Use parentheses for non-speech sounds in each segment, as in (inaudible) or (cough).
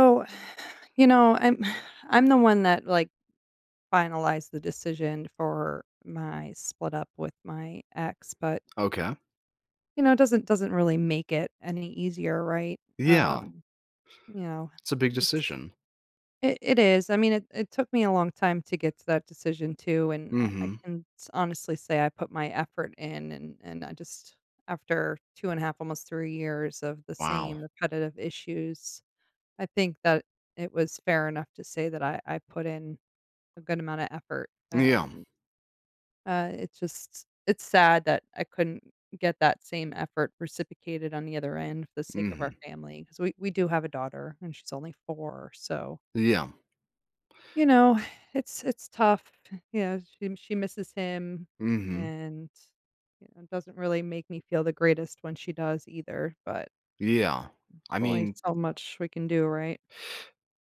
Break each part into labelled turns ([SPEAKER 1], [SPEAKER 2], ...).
[SPEAKER 1] Oh, (sighs) you know, I'm (sighs) I'm the one that like finalized the decision for my split up with my ex, but
[SPEAKER 2] Okay.
[SPEAKER 1] you know, it doesn't really make it any easier, right?
[SPEAKER 2] Yeah.
[SPEAKER 1] Um, you know,
[SPEAKER 2] It's a big
[SPEAKER 1] it's
[SPEAKER 2] decision.
[SPEAKER 1] it, it is. I mean, it took me a long time to get to that decision too, and I
[SPEAKER 2] Mhm.
[SPEAKER 1] can honestly say I put my effort in, and I just after two and a half, almost 3 years of the
[SPEAKER 2] Wow.
[SPEAKER 1] same repetitive issues, I think that it was fair enough to say that I put in a good amount of effort.
[SPEAKER 2] Yeah.
[SPEAKER 1] It's just it's sad that I couldn't get that same effort reciprocated on the other end for the sake of our
[SPEAKER 2] Mhm.
[SPEAKER 1] family because we do have a daughter, and she's only 4, so,
[SPEAKER 2] Yeah.
[SPEAKER 1] you know, (sighs) it's tough. You know, she misses him
[SPEAKER 2] Mhm.
[SPEAKER 1] and, you know, it doesn't really make me feel the greatest when she does either, but
[SPEAKER 2] Yeah.
[SPEAKER 1] there's
[SPEAKER 2] I
[SPEAKER 1] only
[SPEAKER 2] mean,
[SPEAKER 1] so much we can do, right?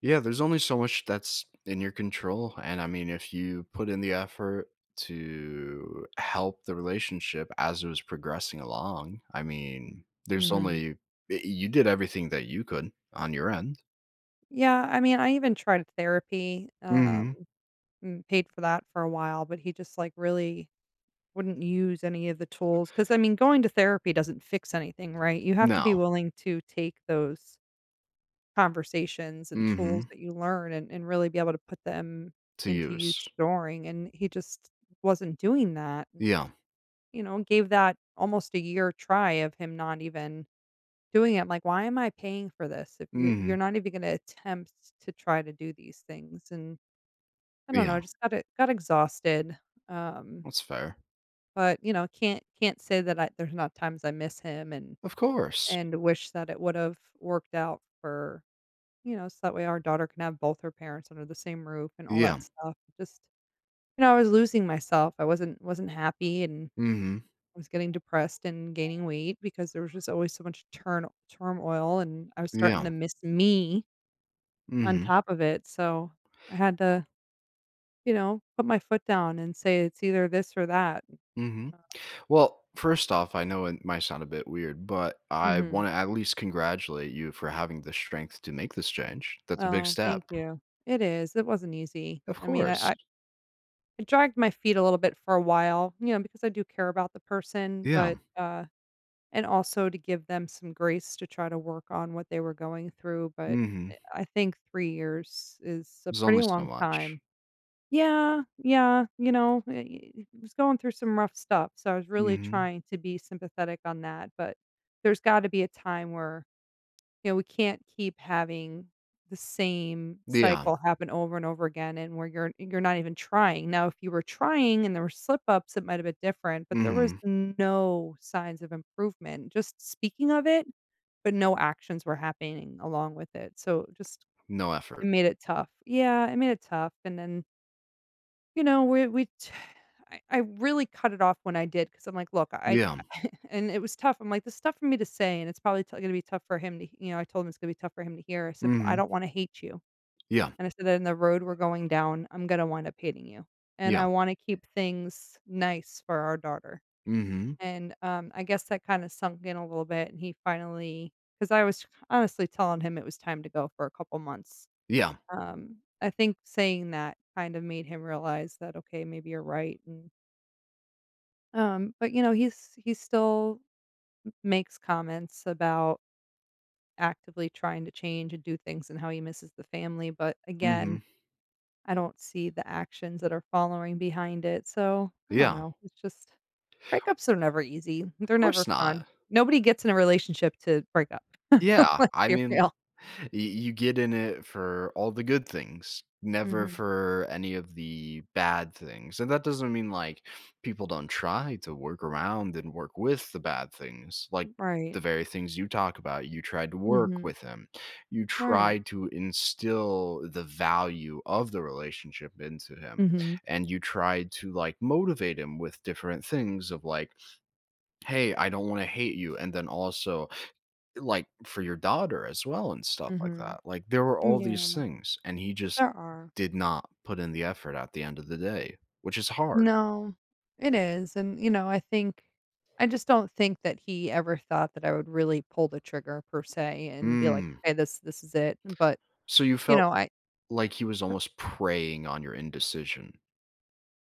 [SPEAKER 2] yeah, there's only so much that's in your control, and I mean if you put in the effort to help the relationship as it was progressing along, I mean, there's
[SPEAKER 1] Mhm.
[SPEAKER 2] only you did everything that you could on your end.
[SPEAKER 1] Yeah, I mean, I even tried therapy, mhm,
[SPEAKER 2] Mhm.
[SPEAKER 1] and paid for that for a while, but he just, like, really wouldn't use any of the tools. Cause I mean, going to therapy doesn't fix anything, right? You have to
[SPEAKER 2] No.
[SPEAKER 1] be willing to take those conversations and tools
[SPEAKER 2] Mhm.
[SPEAKER 1] that you learn and really be able to put them
[SPEAKER 2] To
[SPEAKER 1] into
[SPEAKER 2] use.
[SPEAKER 1] use during, and he just wasn't doing that,
[SPEAKER 2] Yeah.
[SPEAKER 1] you know, gave that almost a year try of him not even doing it. I'm like, "Why am I paying for this if you're
[SPEAKER 2] Mhm.
[SPEAKER 1] you're not even gonna attempt to try to do these things?" And I don't know, I
[SPEAKER 2] Yeah.
[SPEAKER 1] just got it. Got exhausted, um,
[SPEAKER 2] That's fair.
[SPEAKER 1] but, you know, can't say that I there's not times I miss him and
[SPEAKER 2] Of course.
[SPEAKER 1] wish that it would've worked out for you know, so that way our daughter can have both her parents under the same roof and all that
[SPEAKER 2] Yeah.
[SPEAKER 1] stuff. Just you know, I was losing myself, I wasn't happy and
[SPEAKER 2] Mhm.
[SPEAKER 1] I was getting depressed and gaining weight because there was just always so much turn turmoil, and I was starting
[SPEAKER 2] Yeah.
[SPEAKER 1] to miss me on
[SPEAKER 2] Mhm.
[SPEAKER 1] top of it, so I had to, you know, put my foot down and say, "It's either this or that."
[SPEAKER 2] Mhm. Well, first off, I know it might sound a bit weird, but I
[SPEAKER 1] Mhm.
[SPEAKER 2] wanna at least congratulate you for having the strength to make this change. That's a big
[SPEAKER 1] Oh,
[SPEAKER 2] step.
[SPEAKER 1] thank you. It is. It wasn't easy.
[SPEAKER 2] Of
[SPEAKER 1] I mean, I
[SPEAKER 2] course.
[SPEAKER 1] I I dragged my feet a little bit for a while, you know, because I do care about the person,
[SPEAKER 2] Yeah.
[SPEAKER 1] but, and also to give them some grace to try to work on what they were going through, but,
[SPEAKER 2] Mhm.
[SPEAKER 1] I think 3 years is a
[SPEAKER 2] There's
[SPEAKER 1] pretty
[SPEAKER 2] only so
[SPEAKER 1] long
[SPEAKER 2] much.
[SPEAKER 1] time. Yeah, yeah, you know, he was going through some rough stuff, so I was really
[SPEAKER 2] Mhm.
[SPEAKER 1] trying to be sympathetic on that, but there's gotta be a time where you know, we can't keep having the same
[SPEAKER 2] Yeah.
[SPEAKER 1] cycle happen over and over again and where you're not even trying. Now, if you were trying and there were slip ups, it might have been different, but there was
[SPEAKER 2] Mhm.
[SPEAKER 1] no signs of improvement. Just speaking of it, but no actions were happening along with it. So just
[SPEAKER 2] No
[SPEAKER 1] it
[SPEAKER 2] effort.
[SPEAKER 1] made it tough. Yeah, it made it tough. And then you know, we t I really cut it off when I did because 'cause I'm like, "Look,
[SPEAKER 2] Yeah.
[SPEAKER 1] I (laughs) and it was tough. I'm like, "This is tough for me to say, and it's probably t gonna be tough for him to" you know, I told him it's gonna be tough for him to hear. I said, "But I
[SPEAKER 2] Mhm.
[SPEAKER 1] don't wanna hate you."
[SPEAKER 2] Yeah.
[SPEAKER 1] And I said, that in the road we're going down, I'm gonna wind up hating you, and
[SPEAKER 2] Yeah.
[SPEAKER 1] I wanna keep things nice for our daughter."
[SPEAKER 2] Mhm.
[SPEAKER 1] And, I guess that kinda sunk in a little bit, and he finally, because I was honestly telling him it was time to go for a couple months.
[SPEAKER 2] Yeah.
[SPEAKER 1] I think saying that kind of made him realize that, "Okay, maybe you're right," and, but, you know, he still makes comments about actively trying to change and do things and how he misses the family, but again,
[SPEAKER 2] Mhm.
[SPEAKER 1] I don't see the actions that are following behind it, so I don't
[SPEAKER 2] Yeah.
[SPEAKER 1] know, it's just breakups are never easy,
[SPEAKER 2] Of
[SPEAKER 1] they're
[SPEAKER 2] course
[SPEAKER 1] never fun.
[SPEAKER 2] not.
[SPEAKER 1] Nobody gets in a relationship to break up. (laughs)
[SPEAKER 2] Yeah,
[SPEAKER 1] Let's
[SPEAKER 2] I
[SPEAKER 1] be
[SPEAKER 2] mean,
[SPEAKER 1] real.
[SPEAKER 2] y you get in it for all the good things, never
[SPEAKER 1] Mhm,
[SPEAKER 2] for any of the bad things, and that doesn't mean, like, people don't try to work around and work with the bad things, like,
[SPEAKER 1] right.
[SPEAKER 2] the very things you talk about. You tried to work
[SPEAKER 1] Mhm,
[SPEAKER 2] with him, you
[SPEAKER 1] right.
[SPEAKER 2] tried to instill the value of the relationship into him,
[SPEAKER 1] Mhm,
[SPEAKER 2] and you tried to, like, motivate him with different things of, like, "Hey, I don't wanna hate you," and then also, like, for your daughter as well and stuff like
[SPEAKER 1] mhm.
[SPEAKER 2] that. Like, there were all these
[SPEAKER 1] Yeah,
[SPEAKER 2] things, and he just
[SPEAKER 1] there are.
[SPEAKER 2] did not put in the effort at the end of the day, which is hard.
[SPEAKER 1] No, it is, and, you know, I think I just don't think that he ever thought that I would really pull the trigger per se and be like,
[SPEAKER 2] Mm.
[SPEAKER 1] "Okay, this is it," but,
[SPEAKER 2] So you
[SPEAKER 1] you
[SPEAKER 2] felt
[SPEAKER 1] know, I
[SPEAKER 2] like he was
[SPEAKER 1] but
[SPEAKER 2] almost preying on your indecision.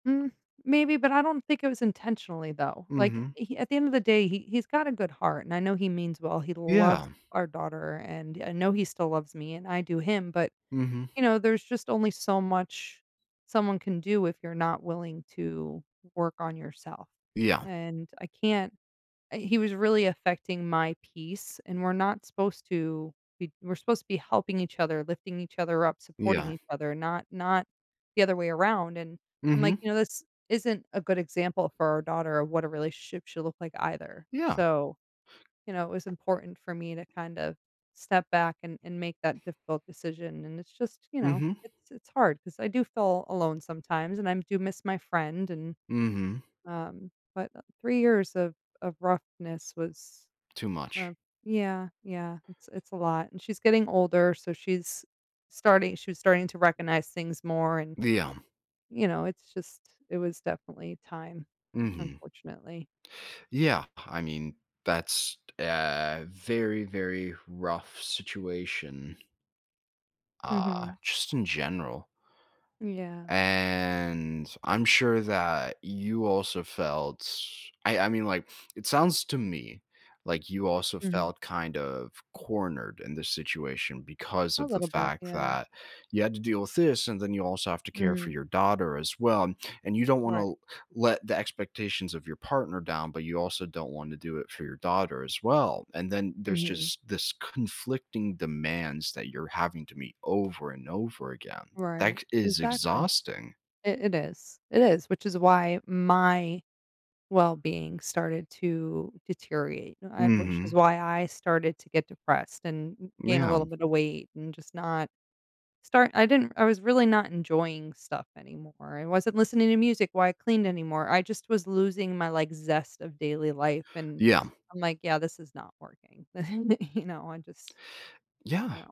[SPEAKER 1] mm, maybe, but I don't think it was intentionally, though, like,
[SPEAKER 2] Mhm.
[SPEAKER 1] he at the end of the day, he's got a good heart, and I know he means well, he loves
[SPEAKER 2] Yeah.
[SPEAKER 1] our daughter, and I know he still loves me, and I do him, but,
[SPEAKER 2] Mhm.
[SPEAKER 1] you know, there's just only so much someone can do if you're not willing to work on yourself,
[SPEAKER 2] Yeah.
[SPEAKER 1] and I can't uh, he was really affecting my peace, and we're not supposed to be we're supposed to be helping each other, lifting each other up, supporting
[SPEAKER 2] Yeah.
[SPEAKER 1] each other, not the other way around, and I'm like,
[SPEAKER 2] Mhm.
[SPEAKER 1] "You know, this isn't a good example for our daughter of what a relationship should look like either."
[SPEAKER 2] Yeah.
[SPEAKER 1] So, you know, it was important for me to kind of step back and make that difficult decision, and it's just, you know,
[SPEAKER 2] Mhm.
[SPEAKER 1] it's hard because I do feel alone sometimes, and I do miss my friend and
[SPEAKER 2] Mhm.
[SPEAKER 1] but 3 years of roughness was,
[SPEAKER 2] Too
[SPEAKER 1] uh
[SPEAKER 2] much.
[SPEAKER 1] yeah, yeah, it's a lot, and she's getting older, so she was starting to recognize things more and,
[SPEAKER 2] Yeah.
[SPEAKER 1] you know, it's just it was definitely time,
[SPEAKER 2] Mhm.
[SPEAKER 1] unfortunately.
[SPEAKER 2] Yeah. I mean, that's a very, very rough situation,
[SPEAKER 1] Mhm.
[SPEAKER 2] just in general.
[SPEAKER 1] Yeah.
[SPEAKER 2] And I'm sure that you also felt I mean, like, it sounds to me like you also
[SPEAKER 1] Mhm.
[SPEAKER 2] felt kind of cornered in this situation, because
[SPEAKER 1] A
[SPEAKER 2] of the
[SPEAKER 1] little bit,
[SPEAKER 2] fact
[SPEAKER 1] yeah.
[SPEAKER 2] that you had to deal with this, and then you also have to care for
[SPEAKER 1] Mhm.
[SPEAKER 2] your daughter as well, and you don't want
[SPEAKER 1] Right.
[SPEAKER 2] to let the expectations of your partner down, but you also don't want to do it for your daughter as well. And then there's
[SPEAKER 1] Mhm.
[SPEAKER 2] just this conflicting demands that you're having to meet over and over again,
[SPEAKER 1] Right.
[SPEAKER 2] that is
[SPEAKER 1] Exactly.
[SPEAKER 2] exhausting.
[SPEAKER 1] It is. It is, which is why my well-being started to deteriorate, I which is
[SPEAKER 2] Mhm.
[SPEAKER 1] why I started to get depressed and gain a
[SPEAKER 2] Yeah.
[SPEAKER 1] little bit of weight and just not start I didn't I was really not enjoying stuff anymore. I wasn't listening to music while I cleaned anymore. I just was losing my, like, zest of daily life, and
[SPEAKER 2] Yeah.
[SPEAKER 1] I'm like, "Yeah, this is not working." (laughs) You know, I just
[SPEAKER 2] Yeah.
[SPEAKER 1] no.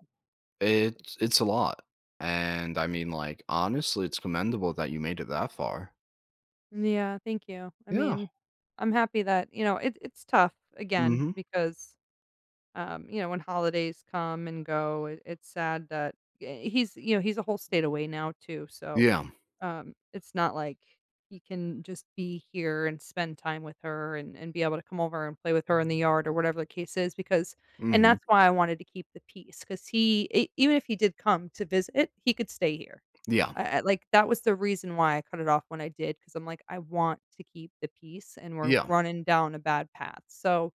[SPEAKER 2] It's a lot. And I mean, like, honestly, it's commendable that you made it that far.
[SPEAKER 1] Yeah, thank you. I
[SPEAKER 2] Yeah.
[SPEAKER 1] mean, I'm happy that you know, it's tough, again,
[SPEAKER 2] Mhm.
[SPEAKER 1] because you know, when holidays come and go, it's sad that you know, he's a whole state away now too. So
[SPEAKER 2] Yeah.
[SPEAKER 1] it's not like he can just be here and spend time with her and be able to come over and play with her in the yard or whatever the case is. Because, and
[SPEAKER 2] Mhm.
[SPEAKER 1] that's why I wanted to keep the peace because even if he did come to visit, he could stay here.
[SPEAKER 2] Yeah.
[SPEAKER 1] Like that was the reason why I cut it off when I did because I'm like I want to keep the peace and we're
[SPEAKER 2] Yeah.
[SPEAKER 1] running down a bad path. So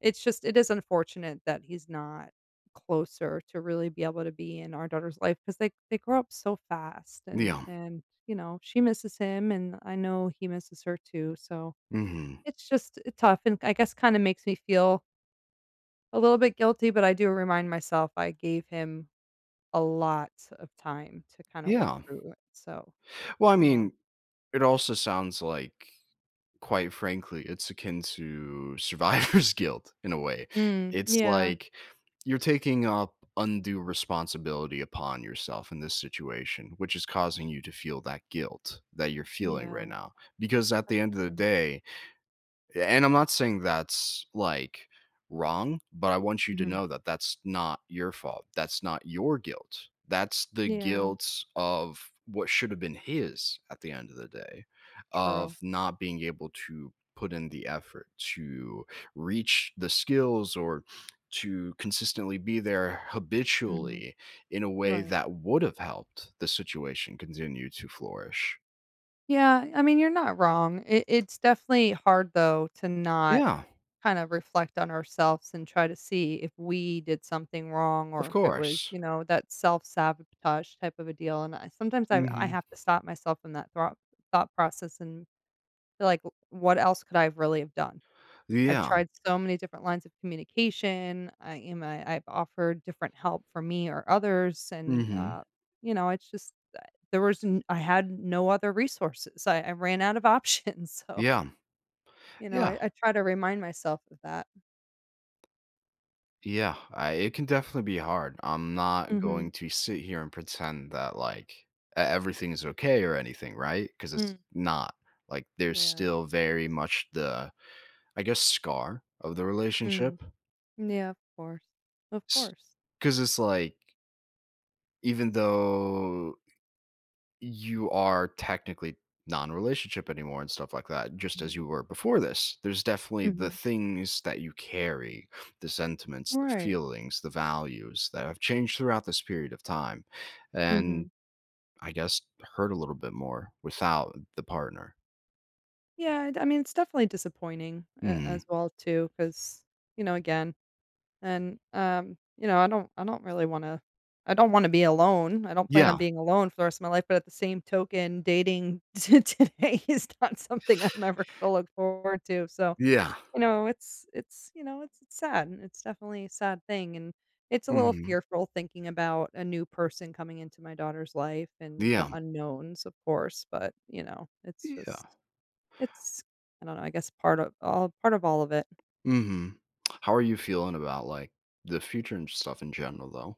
[SPEAKER 1] it's just it is unfortunate that he's not closer to really be able to be in our daughter's life because they grow up so fast and
[SPEAKER 2] Yeah.
[SPEAKER 1] you know, she misses him, and I know he misses her too, so
[SPEAKER 2] Mhm.
[SPEAKER 1] it's just tough and I guess kinda makes me feel a little bit guilty, but I do remind myself I gave him a lot of time to kinda work
[SPEAKER 2] Yeah.
[SPEAKER 1] through it, so,
[SPEAKER 2] Well, I
[SPEAKER 1] yeah.
[SPEAKER 2] mean, it also sounds like, quite frankly, it's akin to survivor's (laughs) guilt in a way.
[SPEAKER 1] Mm,
[SPEAKER 2] It's
[SPEAKER 1] yeah,
[SPEAKER 2] like you're taking up undue responsibility upon yourself in this situation, which is causing you to feel that guilt that you're feeling right
[SPEAKER 1] yeah,
[SPEAKER 2] now. Because at
[SPEAKER 1] that's
[SPEAKER 2] the end of the
[SPEAKER 1] true.
[SPEAKER 2] day, yeah, and I'm not saying that's like wrong, but I want you to
[SPEAKER 1] Mhm.
[SPEAKER 2] know that that's not your fault. That's not your guilt. That's the
[SPEAKER 1] Yeah,
[SPEAKER 2] guilt of what should have been his at the end of the day,
[SPEAKER 1] true.
[SPEAKER 2] of not being able to put in the effort to reach the skills, or to consistently be there
[SPEAKER 1] Mhm,
[SPEAKER 2] habitually in a way
[SPEAKER 1] right.
[SPEAKER 2] that would have helped the situation continue to flourish.
[SPEAKER 1] Yeah, I mean, you're not wrong. It's definitely hard though to not
[SPEAKER 2] Yeah,
[SPEAKER 1] kind of reflect on ourselves and try to see if we did something wrong
[SPEAKER 2] of
[SPEAKER 1] or if it was,
[SPEAKER 2] course.
[SPEAKER 1] you know, that self sabotage type of a deal. And sometimes I
[SPEAKER 2] Hmm.
[SPEAKER 1] have to stop myself in that thought process and feel like, what else could I have really have done? I've
[SPEAKER 2] Yeah.
[SPEAKER 1] tried so many different lines of communication. I am I I've offered different help for me or others, and,
[SPEAKER 2] Hmm.
[SPEAKER 1] you know, it's just that there was n I had no other resources. I ran out of options, (laughs) so,
[SPEAKER 2] Yeah.
[SPEAKER 1] you know,
[SPEAKER 2] Yeah.
[SPEAKER 1] I try to remind myself of that.
[SPEAKER 2] Yeah. It can definitely be hard. I'm not
[SPEAKER 1] Mhm.
[SPEAKER 2] going to sit here and pretend that like everything is okay or anything, right? Because it's
[SPEAKER 1] Mm.
[SPEAKER 2] not. Like there's
[SPEAKER 1] Yeah.
[SPEAKER 2] still very much the, I guess, scar of the
[SPEAKER 1] Mm.
[SPEAKER 2] relationship.
[SPEAKER 1] Yeah, of course. Of course.
[SPEAKER 2] Because it's like, even though you are technically non-relationship anymore and stuff like that, just as
[SPEAKER 1] Mm.
[SPEAKER 2] you were before this, there's definitely the
[SPEAKER 1] Mhm.
[SPEAKER 2] things that you carry, the sentiments, the
[SPEAKER 1] Right.
[SPEAKER 2] feelings, the values that have changed throughout this period of time, and
[SPEAKER 1] Mhm.
[SPEAKER 2] I guess hurt a little bit more without the partner.
[SPEAKER 1] Yeah, I mean, it's definitely disappointing a
[SPEAKER 2] Mhm.
[SPEAKER 1] as well too, because you know, again and, you know, I don't really wanna I don't wanna be alone. I don't plan on
[SPEAKER 2] Yeah.
[SPEAKER 1] being alone for the rest of my life, but at the same token, dating (laughs) to today is not something I'm ever gonna look forward to, so,
[SPEAKER 2] Yeah.
[SPEAKER 1] you know, you know, it's sad, and it's definitely a sad thing, and it's a little
[SPEAKER 2] Hmm.
[SPEAKER 1] fearful thinking about a new person coming into my daughter's life and the
[SPEAKER 2] Yeah.
[SPEAKER 1] unknowns, of course, but, you know,
[SPEAKER 2] Yeah.
[SPEAKER 1] it's I don't know, I guess part of all of it.
[SPEAKER 2] Hmm. How are you feeling about, like, the future and stuff in general, though?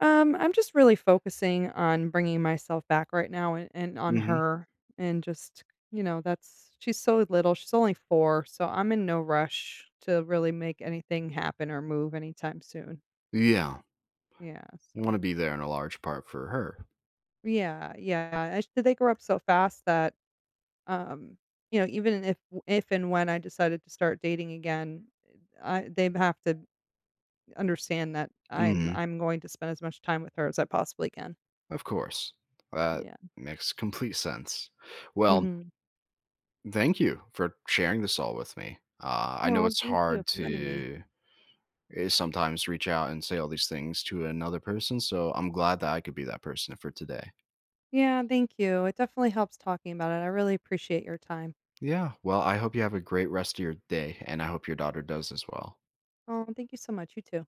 [SPEAKER 1] I'm just really focusing on bringing myself back right now and, on
[SPEAKER 2] Hmm.
[SPEAKER 1] her and just, you know, that's she's so little. She's only 4, so I'm in no rush to really make anything happen or move anytime soon.
[SPEAKER 2] Yeah.
[SPEAKER 1] Yeah,
[SPEAKER 2] Want
[SPEAKER 1] so
[SPEAKER 2] to be there in a large part for her.
[SPEAKER 1] yeah, yeah. They grow up so fast that um, you know, even if and when I decided to start dating again, I they have to understand that
[SPEAKER 2] Mm-hmm.
[SPEAKER 1] I'm going to spend as much time with her as I possibly can.
[SPEAKER 2] Of course. That
[SPEAKER 1] Yeah.
[SPEAKER 2] makes complete sense. Well,
[SPEAKER 1] Mhm.
[SPEAKER 2] thank you for sharing this all with me. I know
[SPEAKER 1] Aw,
[SPEAKER 2] it's
[SPEAKER 1] thank you
[SPEAKER 2] hard
[SPEAKER 1] for letting me.
[SPEAKER 2] to, sometimes, reach out and say all these things to another person, so I'm glad that I could be that person for today.
[SPEAKER 1] Yeah, thank you. It definitely helps talking about it. I really appreciate your time.
[SPEAKER 2] Yeah. Well, I hope you have a great rest of your day, and I hope your daughter does as well.
[SPEAKER 1] Oh, thank you so much. You too.